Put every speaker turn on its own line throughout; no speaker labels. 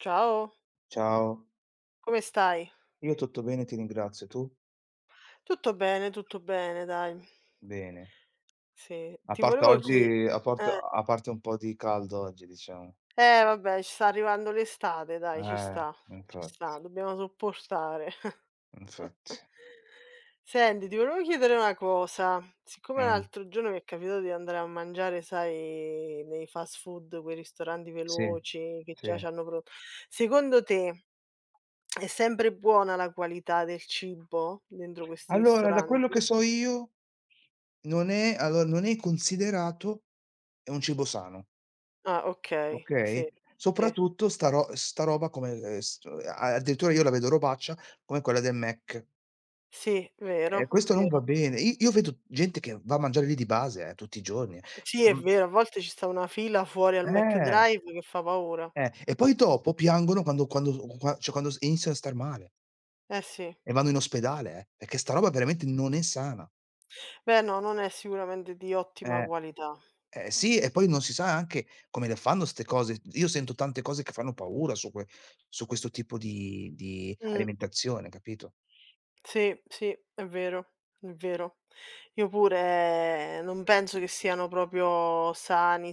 Ciao,
Ciao,
come stai?
io tutto bene, ti ringrazio. Tu?
Tutto bene, dai.
Bene.
Sì,
A
ti
parte
volevo chi
oggi a parte a parte un po' di caldo oggi, diciamo.
vabbè, ci sta arrivando l'estate, dai, ci sta,
Infatti,
dobbiamo sopportare.
infatti.
Senti, ti volevo chiedere una cosa. Siccome
Mh,
l'altro giorno mi è capitato di andare a mangiare, sai, nei fast food, quei ristoranti
sì,
veloci che già
sì.
c'hanno pronto, secondo te è sempre buona la qualità del cibo dentro questi
Allora, da quello
ristoranti?
che so io, non è considerato un cibo sano,
Ah, okay, sì,
okay,
sì,
soprattutto sta roba, come, s a addirittura io la vedo robaccia, come quella del Mac.
sì,
E
vero,
questo non va
vero.
bene. I io vedo gente che va a mangiare lì di base, tutti i giorni.
Sì, è vero, a volte ci sta una fila fuori al
Eh,
McDrive che fa paura.
e poi dopo piangono quando quando qua cioè quando s iniziano a star male
Eh sì.
e vanno in ospedale, perché sta roba veramente non è sana.
Beh no, non è sicuramente di ottima
Eh,
qualità.
eh sì, e poi non si sa anche come le fanno 'ste cose. Io sento tante cose che fanno paura su questo tipo di
Mh,
alimentazione, capito?
sì, sì, è vero, è vero. Io pure non penso che siano proprio sani,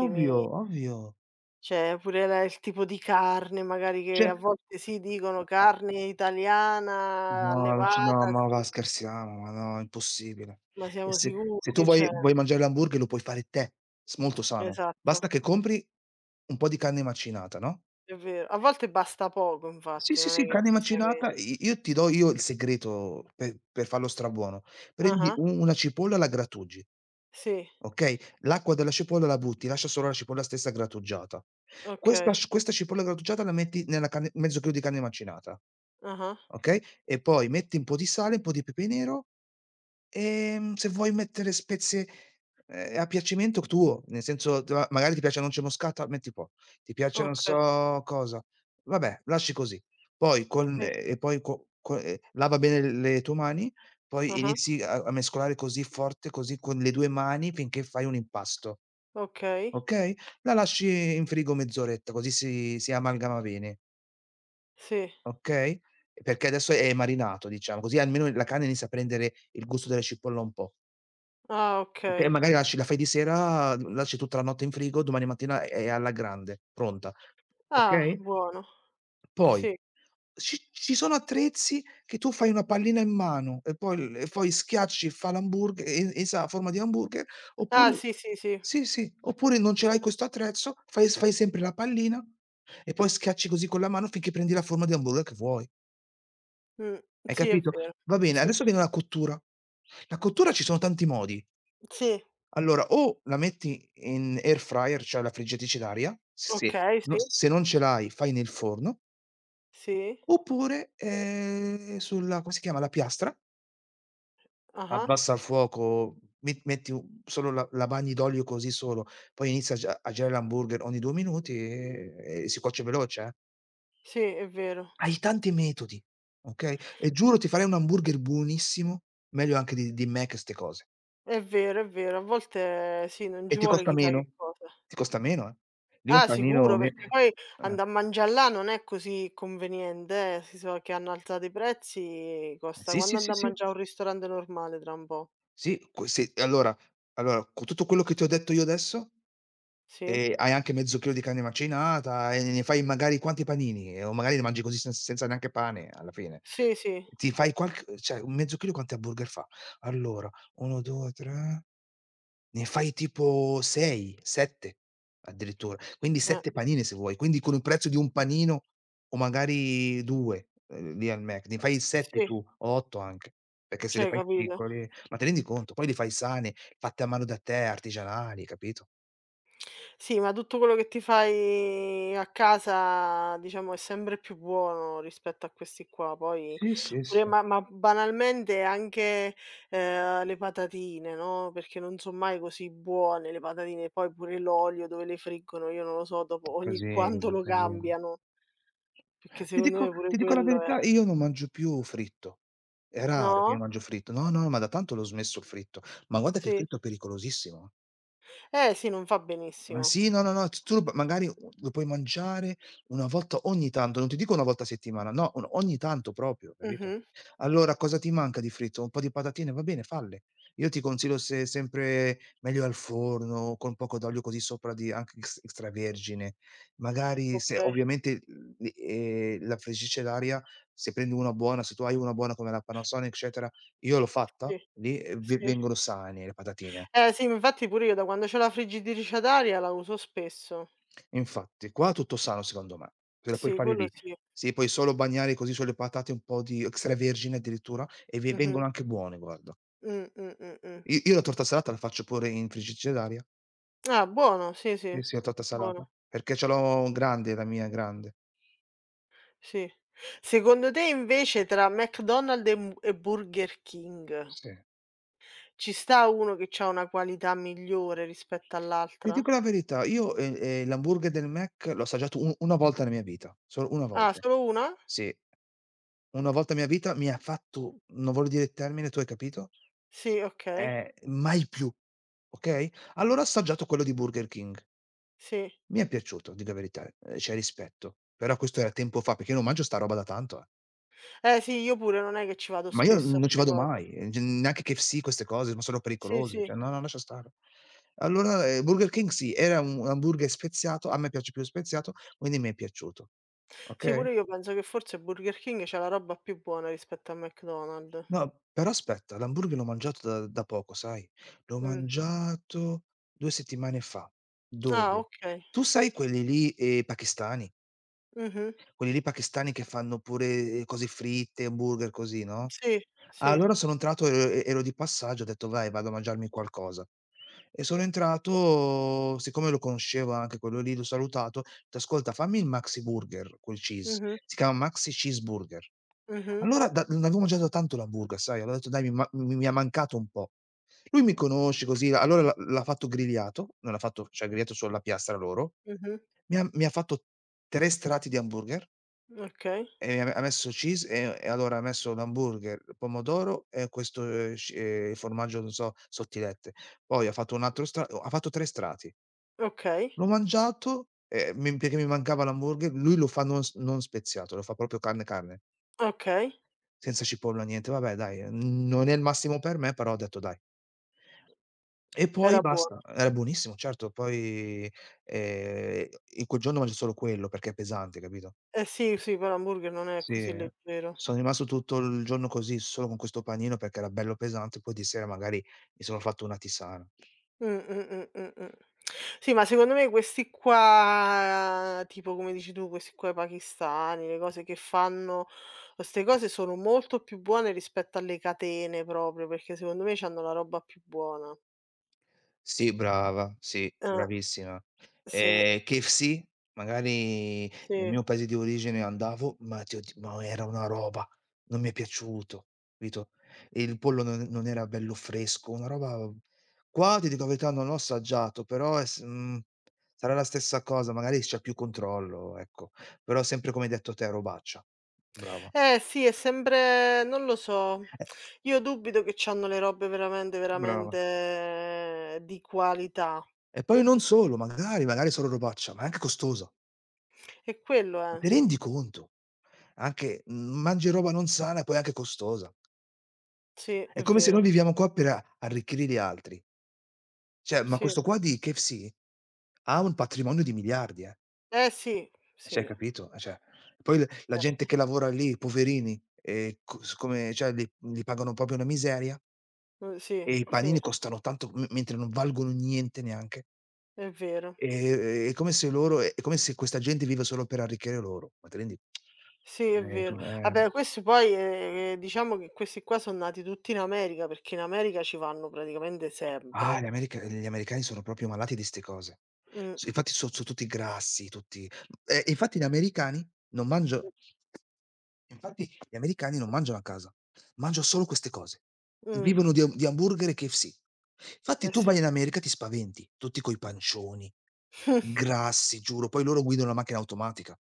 Ovvio, ovvio.
Cioè pure la il tipo di carne magari che
Cioè
a volte sì, dicono carne italiana
no, non ci no,
allevata,
ma va,
sì,
scherziamo, ma no, impossibile.
ma
E
siamo
se
sicuri?
se tu
Cioè
vuoi mangiare l'hamburger lo puoi fare te, s molto sano.
Esatto,
Basta che compri un po' di carne macinata, no,
è vero. A volte basta poco
sì,
infatti,
sì,
non è
sì,
che
carne
chissà che
macinata, i io ti do io il segreto per farlo strabuono. Prendi
ah-ah,
u una cipolla, la grattugi,
sì,
okay, l'acqua della cipolla la butti, lascia solo la cipolla stessa grattugiata. Questa
okay,
sc questa cipolla grattugiata la metti nella carne, mezzo chilo di carne macinata,
ah-ah,
okay, e poi metti un po' di sale, un po' di pepe nero. Se vuoi mettere spezie, a piacimento tuo, nel senso, t ma magari ti piace la noce moscata, metti po', ti piace non
oka
so cosa, vabbè lasci così. Poi con
sì,
e poi co co lava bene le tue mani, poi
ah-ah,
inizi a mescolare così forte, così con le 2 mani finché fai un impasto,
okay,
okay, la lasci in frigo mezz'oretta, così si amalgama bene,
sì,
okay, perché adesso è marinato, diciamo, così almeno la carne inizia a prendere il gusto della cipolla un po'.
ah
Okay,
okay.
magari lasci, la fai di sera, lasci tutta la notte in frigo, domani mattina è alla grande, pronta,
Ah,
okay?
buono,
Poi
sì.
ci sono attrezzi che tu fai una pallina in mano e poi schiacci, fa l'hamburg e sa a forma di hamburger,
Ah,
oppure
sì, sì, sì,
sì, sì, oppure non ce l'hai questo attrezzo, fai sempre la pallina e poi schiacci così con la mano finché prendi la forma di hamburger che vuoi.
mh,
Hai
sì è
capito?
vero.
Va bene,
Sì,
adesso viene la cottura. La cottura ci sono tanti modi.
sì,
Allora, o la metti in air fryer, cioè alla friggitrice d'aria. Mh-mh. Se
okay,
no,
sì,
se non ce l'hai, fai nel forno,
sì,
oppure, sulla, come si chiama, la piastra,
ah-ah,
abbassa il fuoco, metti u solo, la bagni d'olio così solo, poi inizia a girare l'hamburger ogni 2 minuti, e si cuoce veloce, eh.
sì è vero,
Hai tanti metodi, okay, e giuro, ti farei un hamburger buonissimo, meglio anche di Mac e 'ste cose.
è vero, è vero. A volte sì, non
E
ci vuole chissà che cosa.
ti costa meno, eh. Lì un
Ah
panino,
sicuro,
me,
perché poi
eh.
andà a mangià là non è così conveniente si so che hanno alzato i prezzi, costa
Sì,
quanto
sì, sì,
andà a
sì.
mangià a un ristorante normale tra un po'.
Sì, allora con tutto quello che ti ho detto io adesso,
Sì?
hai anche mezzo chilo di carne macinata e ne fai magari quanti panini, o magari ne mangi così sen senza neanche pane alla fine.
Sì, sì,
Ti fai qualc cioè un mezzo chilo quanti hamburger fa? Allora, 1, 2, 3, ne fai tipo 6, 7 addirittura. Quindi
eh,
7 panini se vuoi, quindi con il prezzo di un panino o magari 2, lì al Mac, ne fai 7
sì,
tu, o 8 anche, perché se le
cioè
fai
capito?
piccole, ma ti rendi conto? Poi le fai sane, fatte a mano da te, artigianali, capito?
Sì, ma tutto quello che ti fai a casa, diciamo, è sempre più buono rispetto a questi qua. Poi
Sì, sì,
pure
sì. Un
ma banalmente anche, le patatine, no, perché non son mai così buone le patatine, poi pure l'olio dove le friggono, io non lo so, dopo ogni
casino,
quanto
un
lo
casino.
cambiano, perché
Ti
secondo
dico
me pure
ti dico la
quello è
verità, io non mangio più fritto. È raro che io
no?
mangio fritto. No, no, ma da tanto l'ho smesso il fritto. Ma guarda che il
Sì.
fritto è pericolosissimo, eh.
Eh sì, non fa
Ma
benissimo.
sì, no, no, no, magari lo puoi mangiare una volta ogni tanto, non ti dico una volta a settimana, no, o ogni tanto proprio, capito?
Mh-mh.
Allora, cosa ti manca di fritto? Un po' di patatine? Va bene, falle. Io ti consiglio, se sempre meglio al forno, con poco d'olio così sopra, di anche ex extravergine. Magari se,
Okay,
ovviamente, l la friggicellaria, se tu hai una buona come la Panasonic, eccetera, io l'ho fatta
sì,
lì, ve
sì.
vengono sane le patatine.
Eh sì, infatti pure io da quando c'ho la friggitrice ad aria la uso spesso.
Infatti, qua tutto sano, secondo me. Te la puoi
Sì,
fare
quello
lì.
sì.
Sì, puoi solo bagnare così sulle patate un po' di extravergine addirittura e ve
Mh-mh.
vengono anche buone, guarda.
Mh, mh, mh, mh.
I io la torta salata la faccio pure in friggigeraia.
Ah, buono, sì, sì,
Sì, sì, la torta salata,
buono,
perché ce l'ho grande, la mia è grande.
sì. Secondo te invece tra McDonald's e Burger King,
Sì.
ci sta uno che c'ha una qualità migliore rispetto
Ti
all'altra?
dico la verità, io, l'hamburger del Mac l'ho assaggiato u una volta nella mia vita, solo una
Ah,
volta.
solo una?
Sì. Una volta nella mia vita mi ha fatto, non voglio dire il termine, tu hai capito?
Sì, okay,
Mai più, okay, allora ho assaggiato quello di Burger King.
sì.
Mi è piaciuto, di la verità, c'è rispetto, però questo era tempo fa, perché io non mangio sta roba da tanto, eh.
Eh sì, io pure non è che ci vado
Ma io
spesso a
non ci
'ste
vado
cose.
mai, g neanche KFC, queste cose, ma sono
Sì,
pericolose,
sì,
cioè no, no, lascia stare. Allora,
s
Burger King sì, era un hamburger speziato, a me piace più speziato, quindi mi è piaciuto,
Sì,
okay?
pure io penso che forse Burger King c'ha la roba più buona rispetto a McDonald's.
No, però aspetta, l'hamburger l'ho mangiato da poco, sai? L'ho
Mh.
mangiato 2 settimane fa.
Ah,
Dove?
okay.
Tu sai quelli lì, pakistani?
Mh-mh.
Quelli lì pakistani che fanno pure, cose fritte, hamburger così, no?
Sì, sì.
Allora sono entrato, e ero di passaggio, ho detto: "Vai, vado a mangiarmi qualcosa." E sono entrato, siccome lo conoscevo anche quello lì, l'ho salutato, ho detto: "Ascolta, fammi il maxi burger col cheese."
Mh-mh,
Si chiama maxi cheeseburger.
mh-mh,
Allora, da non avevo mangiato da tanto l'hamburger, sai, allora ho detto: "Dai, mi ma mi mi è mancato un po'." Lui mi conosce così, allora l'ha fatto grigliato, non l'ha fatto, cioè grigliato, solo la piastra loro,
mh-mh.
mi ha fatto 3 strati di hamburger
Okay,
e ha messo cheese e allora ha messo l'hamburger, pomodoro e questo, sci formaggio, non so, sottilette. Poi ha fatto un altro stra o ha fatto 3 strati.
okay,
L'ho mangiato, mi perché mi mancava l'hamburger, lui lo fa non speziato, lo fa proprio carne carne,
okay.
senza cipolla, niente. Vabbè dai, n non è il massimo per me, però ho detto: "Dai". E poi
Era buono.
basta. Era buonissimo, certo, poi, ehm, in quel giorno mangio solo quello perché è pesante, capito?
Eh sì, sì, però l'hamburger non è così
Sì,
leggero.
sono rimasto tutto il giorno così, solo con questo panino perché era bello pesante, poi di sera magari mi sono fatto una tisana.
Mh, mh, mh, mh, mh. Sì, ma secondo me questi qua, tipo come dici tu, questi qua pakistani, le cose che fanno, queste cose sono molto più buone rispetto alle catene proprio, perché secondo me c'hanno la roba più buona.
Sì, brava, sì,
Eh,
bravissima.
sì,
KFC magari nel
sì.
mio paese di origine andavo, ma ti ho di ma era una roba, non mi è piaciuto, capito? Il pollo non era bello fresco, una roba, qua ti dico la verità non l'ho assaggiato, però sarà la stessa cosa, magari c'è più controllo, ecco. Però sempre come hai detto te, robaccia. Brava.
Eh sì, è sempre non lo so,
Eh,
io dubito che c'hanno le robe veramente,
brava.
veramente di qualità.
E poi non solo, magari, magari solo robaccia, ma è anche costosa.
E quello
Ma
è.
te rendi conto? Anche, mangi roba non sana e poi anche costosa.
Sì,
È
è
come se
vero.
noi viviamo qua per a arricchire gli altri. Cioè, ma
Sì.
questo qua di KFC ha un patrimonio di miliardi, eh.
Eh sì, sì,
Cioè, capito? Cioè, poi l la gente
cer
che lavora lì, poverini, co siccome, cioè, li pagano proprio una miseria
Sì,
e i
sì,
panini costano tanto, m mentre non valgono niente neanche.
è vero.
E è come se questa gente vive solo per arricchire loro. Ma te rendi.
Sì, è vero.
Tu, eh.
Vabbè, questi poi, diciamo che questi qua son nati tutti in America, perché in America ci vanno praticamente
Ah,
sempre.
gli americani sono proprio malati di 'ste cose.
Mh,
S Infatti so tutti grassi, tutti, e infatti non mangio
mh,
infatti gli americani non mangiano a casa, mangiano solo queste cose.
mh,
Vivono di hamburger e KFC. Infatti
eh
tu
sì.
vai in America e ti spaventi, tutti coi pancioni, grassi, giuro, poi loro guidano la macchina automatica,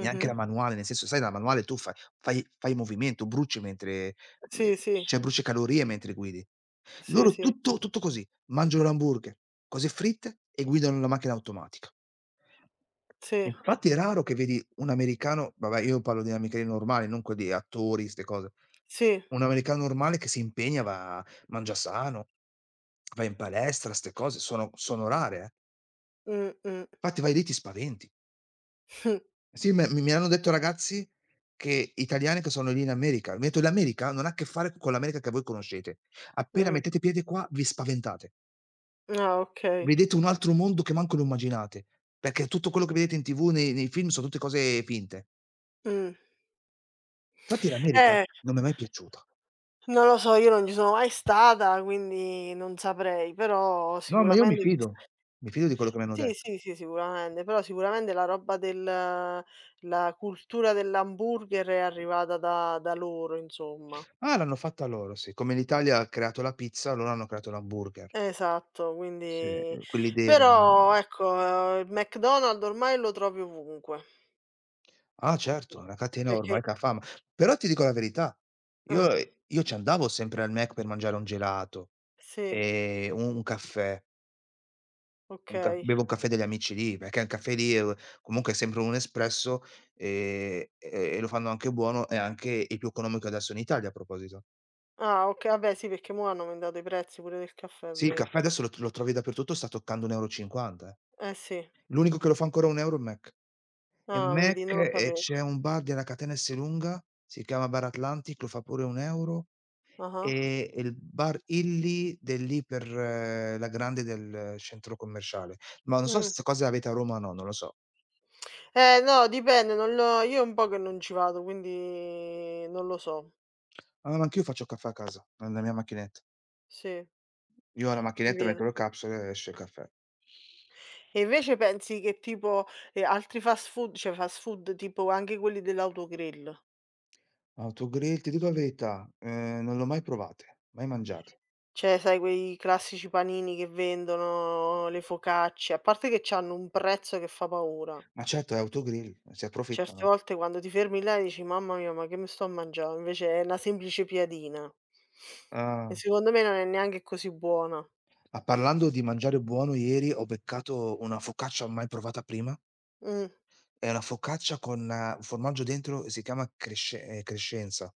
neanche la manuale, nel senso, sai, la manuale tu fai movimento, bruci, mentre, me
Sì, sì,
cioè, bruci calorie mentre guidi.
sì,
Loro
sì,
tutto tutto così. Mangiano l'hamburger, cose fritte e guidano la macchina automatica.
sì,
Infatti è raro che vedi un americano, vabbè io parlo di americani normali, non quelli attori, 'ste cose.
sì,
Un americano normale che si impegna, va, mangia sano, va in palestra, 'ste cose sono rare, eh.
mh, mh,
Infatti vai lì ti spaventi. Sì, me mi mi hanno detto ragazzi che italiani che sono lì in America, mi han detto: "L'America non ha a che fare con l'America che voi conoscete. Appena
mh.
mettete piede qua vi spaventate."
Ah, okay.
Vedete un altro mondo che manco lo immaginate, perché tutto quello che vedete in TV, nei film, son tutte cose finte.
Mh.
Infatti l'America
Eh,
non mi è mai piaciuta.
non lo so, io non ci sono mai stata, quindi non saprei, però
No, ma io
sicuramente quest
mi fido di quello che mi hanno
Sì,
detto.
sì, sì, sicuramente, però sicuramente la roba del la cultura dell'hamburger è arrivata da da loro, insomma.
Ah, l'hanno fatta loro, sì. Come l'Italia ha creato la pizza, loro hanno creato l'hamburger.
Esatto,
Sì,
quindi
quell'idea della
però ecco, il McDonald's ormai lo trovi ovunque,
ah certo, è una catena ormai
perché
che ha fama. Però ti dico la verità,
eh,
io ci andavo sempre al Mac per mangiare un gelato,
sì,
un caffè. Un ca
okay.
Bevo un caffè degli amici lì, perché il caffè lì è u comunque è sempre un espresso, e lo fanno anche buono e anche il più economico adesso in Italia a proposito.
Ah, oka vabbè sì, perché mo' hanno aumentato i prezzi pure del caffè, è
Sì, il caffè
vero.
adesso lo trovi dappertutto, sta toccando 1,50 €, eh.
Eh sì.
L'unico che lo fa ancora a 1 € è Mac. E
Ah, vedi,
Mac
non lo
e
sapevo.
c'è un bar della catena Esselunga, si chiama Bar Atlantic, lo fa pure 1 €
Ah-ah.
e il bar Illy dell'Iper la Grande del centro commerciale. Ma non so se
Mh.
'sta cosa avete a Roma o no, non lo so.
Eh no, dipende, non lo io è un po' che non ci vado, quindi non lo so.
Ah, ma anch'io faccio caffè a casa, nella mia macchinetta.
Sì.
Io ho la macchinetta,
Conviene.
metto le capsule e esce il caffè.
E invece pensi che tipo, altri fast food cioè fast food tipo anche quelli dell'autogrill,
Autogrill, ti dico la verità, non l'ho mai provate, mai mangiate.
cioè sai quei classici panini che vendono, le focacce, a parte che c'hanno un prezzo che fa paura.
Ma certo è autogrill, si
Certe
approfittano.
volte quando ti fermi là e dici: "Mamma mia, ma che mi sto a mangià?" Invece è 'na semplice piadina.
Ah,
E secondo me non è neanche così buona.
ma parlando di mangiare buono, ieri ho beccato una focaccia mai provata prima.
Mh.
È una focaccia con un formaggio dentro, si chiama cresce, crescenza,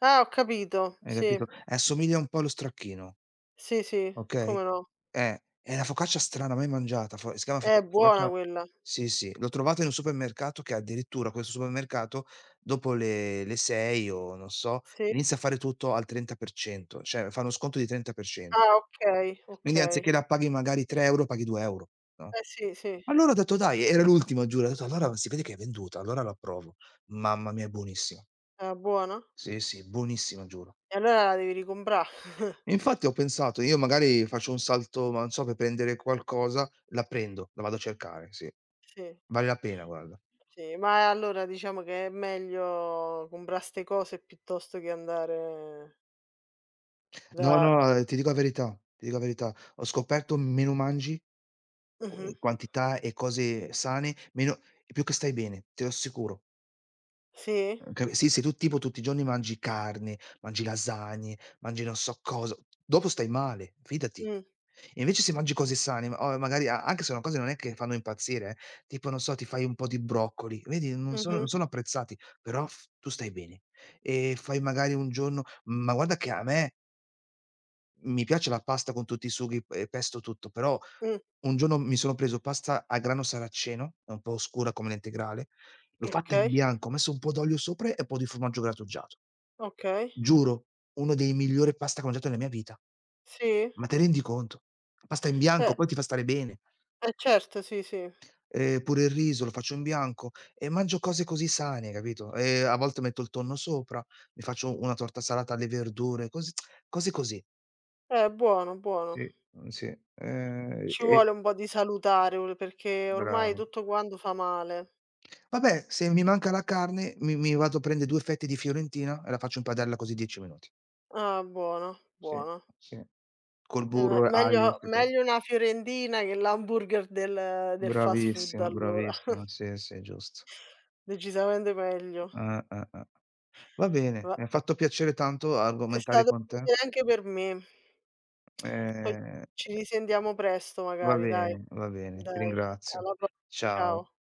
Ah, ho capito.
hai capito?
Sì.
E assomiglia un po' allo stracchino.
Sì, sì,
Okay.
come no.
È una focaccia strana, mai mangiata, fo si chiama
È buona
focaccia
quella.
sì, sì, l'ho trovata in un supermercato che addirittura questo supermercato dopo le 6 o non so,
Sì.
inizia a fare tutto al 30%, cioè fa uno sconto di 30%.
Ah, okay,
Quindi
okay.
anziché la paghi magari 3 €, paghi 2 €, no.
Eh sì, sì.
Allora ho detto: "Dai", era l'ultima giuro, ho detto: "Allora si vede che è venduta, allora la provo." Mamma mia, è buonissima.
Ah, buona?
Sì, sì, buonissima giuro.
E allora la devi ricomprà.
E infatti ho pensato, io magari faccio un salto, ma non so, per prendere qualcosa, la prendo, la vado a cercare, sì.
Sì,
Vale la pena guarda.
sì, ma allora diciamo che è meglio comprà 'ste cose piuttosto che andare
No,
da
no, ti dico la verità, ti dico la verità, ho scoperto meno mangi, qu
mh-mh,
quantità e cose sane, meno e più che stai bene, te lo assicuro.
sì,
Ca sì, se tu tipo tutti i giorni mangi carne, mangi lasagne, mangi non so cosa, dopo stai male, fidati.
mh,
Invece se mangi cose sane, ma o magari a anche se sono cose non è che fanno impazzire tipo non so, ti fai un po' di broccoli, vedi non sono non
mh-mh,
sono apprezzati, però f tu stai bene. E fai magari un giorno ma guarda che a me mi piace la pasta con tutti i sughi e pesto tutto, però
mh,
un giorno mi sono preso pasta a grano saraceno, è un po' oscura come l'integrale, l'ho fatta in
okay,
bianco, ho messo un po' d'olio sopra e un po' di formaggio grattugiato.
okay,
Giuro, uno dei migliori pasta che ho mangiato nella mia vita.
sì,
Ma te rendi conto? Pasta in bianco,
eh,
poi ti fa stare bene.
eh certo, sì, sì.
Pure il riso lo faccio in bianco e mangio cose così sane, capito? E a volte metto il tonno sopra, mi faccio una torta salata alle verdure, cose così.
Buono, buono.
Sì, sì,
Ci vuole un po' di salutare, perché ormai
brava.
tutto quanto fa male.
Vabbè, se mi manca la carne mi vado a prende 2 fette di fiorentina e la faccio in padella così 10 minuti.
Ah, buono,
Sì,
buono.
sì. Col burro e aglio,
Meglio
'ste cose.
meglio una fiorentina che l'hamburger del fast food
Bravissima,
allora,
bravissima, sì, sì, giusto.
decisamente meglio.
Eh. Va bene,
Va
mi ha fatto piacere tanto
è
argomentare
stato
con
un
te.
piacere anche per me. Poi
Ehm,
ci risentiamo presto magari dai,
va bene, ti
dai.
ringrazio.
Alla prossima,
Ciao.
ciao.